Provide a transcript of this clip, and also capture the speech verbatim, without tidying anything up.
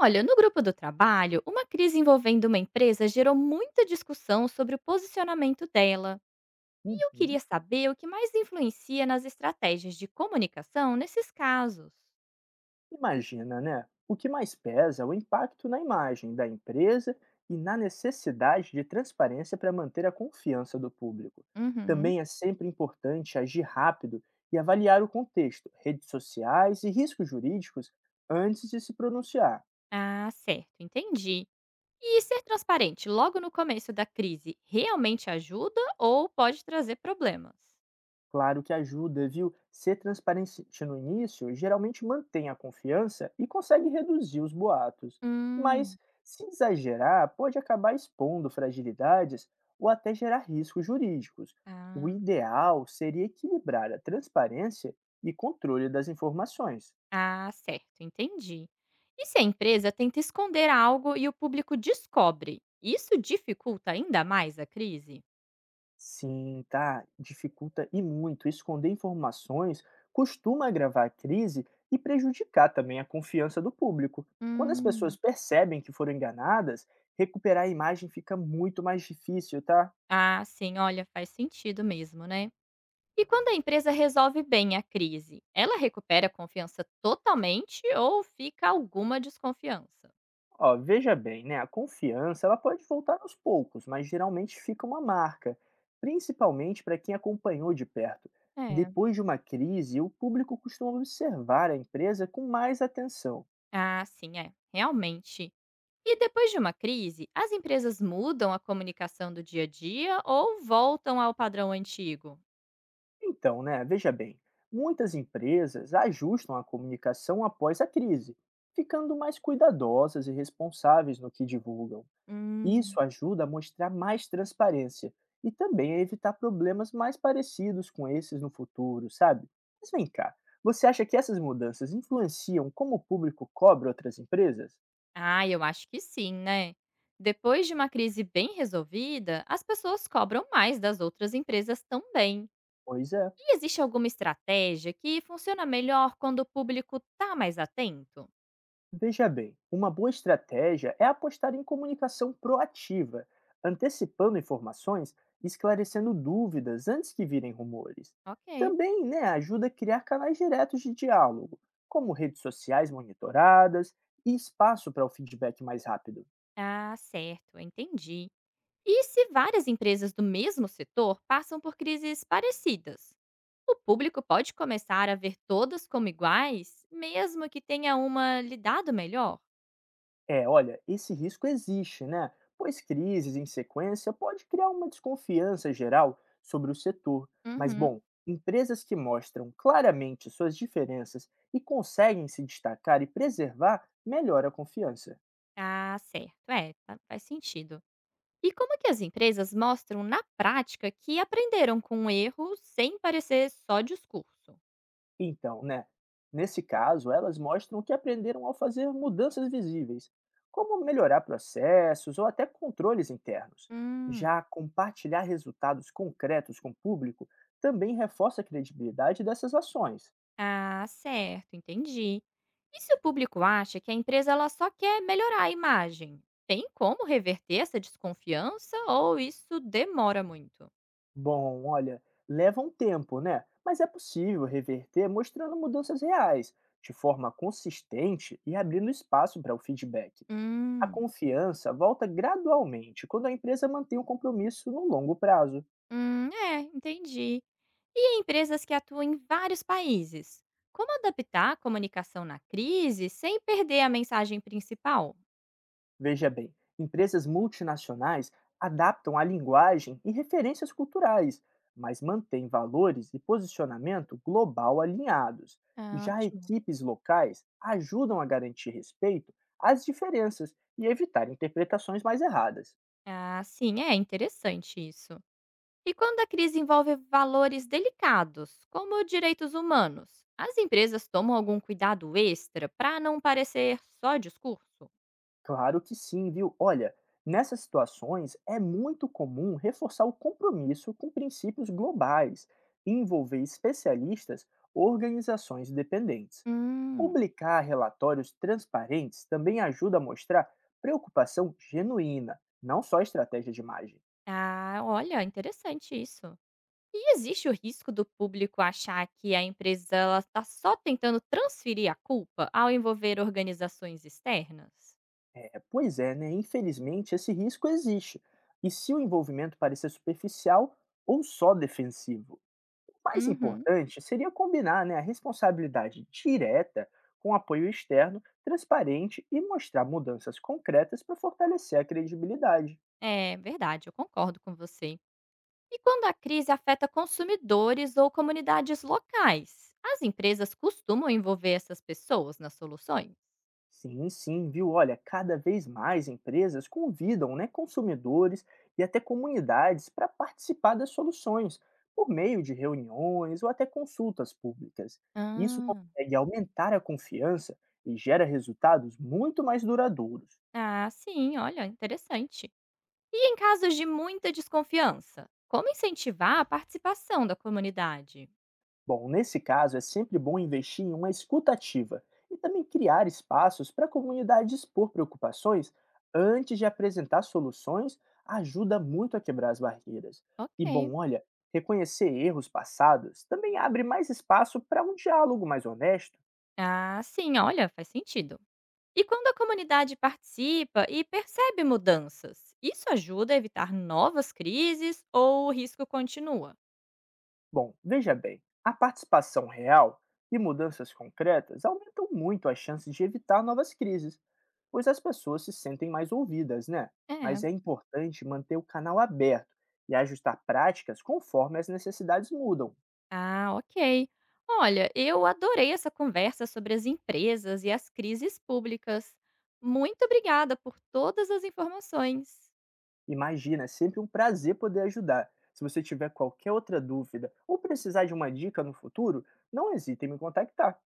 Olha, no grupo do trabalho, uma crise envolvendo uma empresa gerou muita discussão sobre o posicionamento dela. E eu Uhum. queria saber o que mais influencia nas estratégias de comunicação nesses casos. Imagina, né? O que mais pesa é o impacto na imagem da empresa e na necessidade de transparência para manter a confiança do público. Uhum. Também é sempre importante agir rápido e avaliar o contexto, redes sociais e riscos jurídicos antes de se pronunciar. Ah, certo, entendi. E ser transparente logo no começo da crise realmente ajuda ou pode trazer problemas? Claro que ajuda, viu? Ser transparente no início geralmente mantém a confiança e consegue reduzir os boatos. Hum. Mas, se exagerar, pode acabar expondo fragilidades ou até gerar riscos jurídicos. O Ah. ideal seria equilibrar a transparência e controle das informações. Ah, certo, entendi. E se a empresa tenta esconder algo e o público descobre, isso dificulta ainda mais a crise? Sim, tá. Dificulta e muito. Esconder informações costuma agravar a crise e prejudicar também a confiança do público. Quando as Hum. pessoas percebem que foram enganadas, recuperar a imagem fica muito mais difícil, tá? Ah, sim, olha, faz sentido mesmo, né? E quando a empresa resolve bem a crise, ela recupera a confiança totalmente ou fica alguma desconfiança? Ó, veja bem, né? A confiança, ela pode voltar aos poucos, mas geralmente fica uma marca, principalmente para quem acompanhou de perto. É. Depois de uma crise, o público costuma observar a empresa com mais atenção. Ah, sim, é, realmente. E depois de uma crise, as empresas mudam a comunicação do dia a dia ou voltam ao padrão antigo? Então, né, veja bem, muitas empresas ajustam a comunicação após a crise, ficando mais cuidadosas e responsáveis no que divulgam. Hum. Isso ajuda a mostrar mais transparência e também a evitar problemas mais parecidos com esses no futuro, sabe? Mas vem cá, você acha que essas mudanças influenciam como o público cobra outras empresas? Ah, eu acho que sim, né? Depois de uma crise bem resolvida, as pessoas cobram mais das outras empresas também. Pois é. E existe alguma estratégia que funciona melhor quando o público está mais atento? Veja bem, uma boa estratégia é apostar em comunicação proativa, antecipando informações e esclarecendo dúvidas antes que virem rumores. Ok. Também né, ajuda a criar canais diretos de diálogo, como redes sociais monitoradas e espaço para o feedback mais rápido. Ah, certo, entendi. E se várias empresas do mesmo setor passam por crises parecidas? O público pode começar a ver todas como iguais, mesmo que tenha uma lidado melhor? É, olha, esse risco existe, né? Pois crises em sequência pode criar uma desconfiança geral sobre o setor. Mas, Uhum. bom, empresas que mostram claramente suas diferenças e conseguem se destacar e preservar, melhora a confiança. Ah, certo. É, fa- faz sentido. E como que as empresas mostram na prática que aprenderam com o erro sem parecer só discurso? Então, né? Nesse caso, elas mostram o que aprenderam ao fazer mudanças visíveis, como melhorar processos ou até controles internos. Hum. Já compartilhar resultados concretos com o público também reforça a credibilidade dessas ações. Ah, certo, entendi. E se o público acha que a empresa ela só quer melhorar a imagem? Tem como reverter essa desconfiança ou isso demora muito? Bom, olha, leva um tempo, né? Mas é possível reverter mostrando mudanças reais, de forma consistente e abrindo espaço para o feedback. A Hum. confiança volta gradualmente quando a empresa mantém o compromisso no longo prazo. Hum, é, entendi. E em empresas que atuam em vários países? Como adaptar a comunicação na crise sem perder a mensagem principal? Veja bem, empresas multinacionais adaptam a linguagem e referências culturais, mas mantêm valores e posicionamento global alinhados. Ah, Já ótimo. equipes locais ajudam a garantir respeito às diferenças e evitar interpretações mais erradas. Ah, sim, é interessante isso. E quando a crise envolve valores delicados, como direitos humanos, as empresas tomam algum cuidado extra para não parecer só discurso? Claro que sim, viu? Olha, nessas situações é muito comum reforçar o compromisso com princípios globais e envolver especialistas ou organizações dependentes. Hum. Publicar relatórios transparentes também ajuda a mostrar preocupação genuína, não só estratégia de imagem. Ah, olha, interessante isso. E existe o risco do público achar que a empresa ela está só tentando transferir a culpa ao envolver organizações externas? É, pois é, né? Infelizmente esse risco existe. E se o envolvimento parecer superficial ou só defensivo? Mais Uhum, importante seria combinar né, a responsabilidade direta com apoio externo, transparente e mostrar mudanças concretas para fortalecer a credibilidade. é verdade, eu concordo com você. E quando a crise afeta consumidores ou comunidades locais, as empresas costumam envolver essas pessoas nas soluções? Sim, sim, viu? Olha, cada vez mais empresas convidam né, consumidores e até comunidades para participar das soluções, por meio de reuniões ou até consultas públicas. Isso Ah. consegue aumentar a confiança e gera resultados muito mais duradouros. Ah, sim, olha, interessante. E em casos de muita desconfiança, como incentivar a participação da comunidade? Bom, nesse caso, é sempre bom investir em uma escutativa e também criar espaços para a comunidade expor preocupações antes de apresentar soluções ajuda muito a quebrar as barreiras. E Ok. bom, olha, reconhecer erros passados também abre mais espaço para um diálogo mais honesto. Ah, sim, olha, faz sentido. E quando a comunidade participa e percebe mudanças, isso ajuda a evitar novas crises ou o risco continua? Bom, veja bem, a participação real e mudanças concretas aumentam muito as chances de evitar novas crises, pois as pessoas se sentem mais ouvidas, né? É. Mas é importante manter o canal aberto e ajustar práticas conforme as necessidades mudam. Ah, ok. Olha, eu adorei essa conversa sobre as empresas e as crises públicas. Muito obrigada por todas as informações. Imagina, é sempre um prazer poder ajudar. Se você tiver qualquer outra dúvida ou precisar de uma dica no futuro, não hesite em me contactar.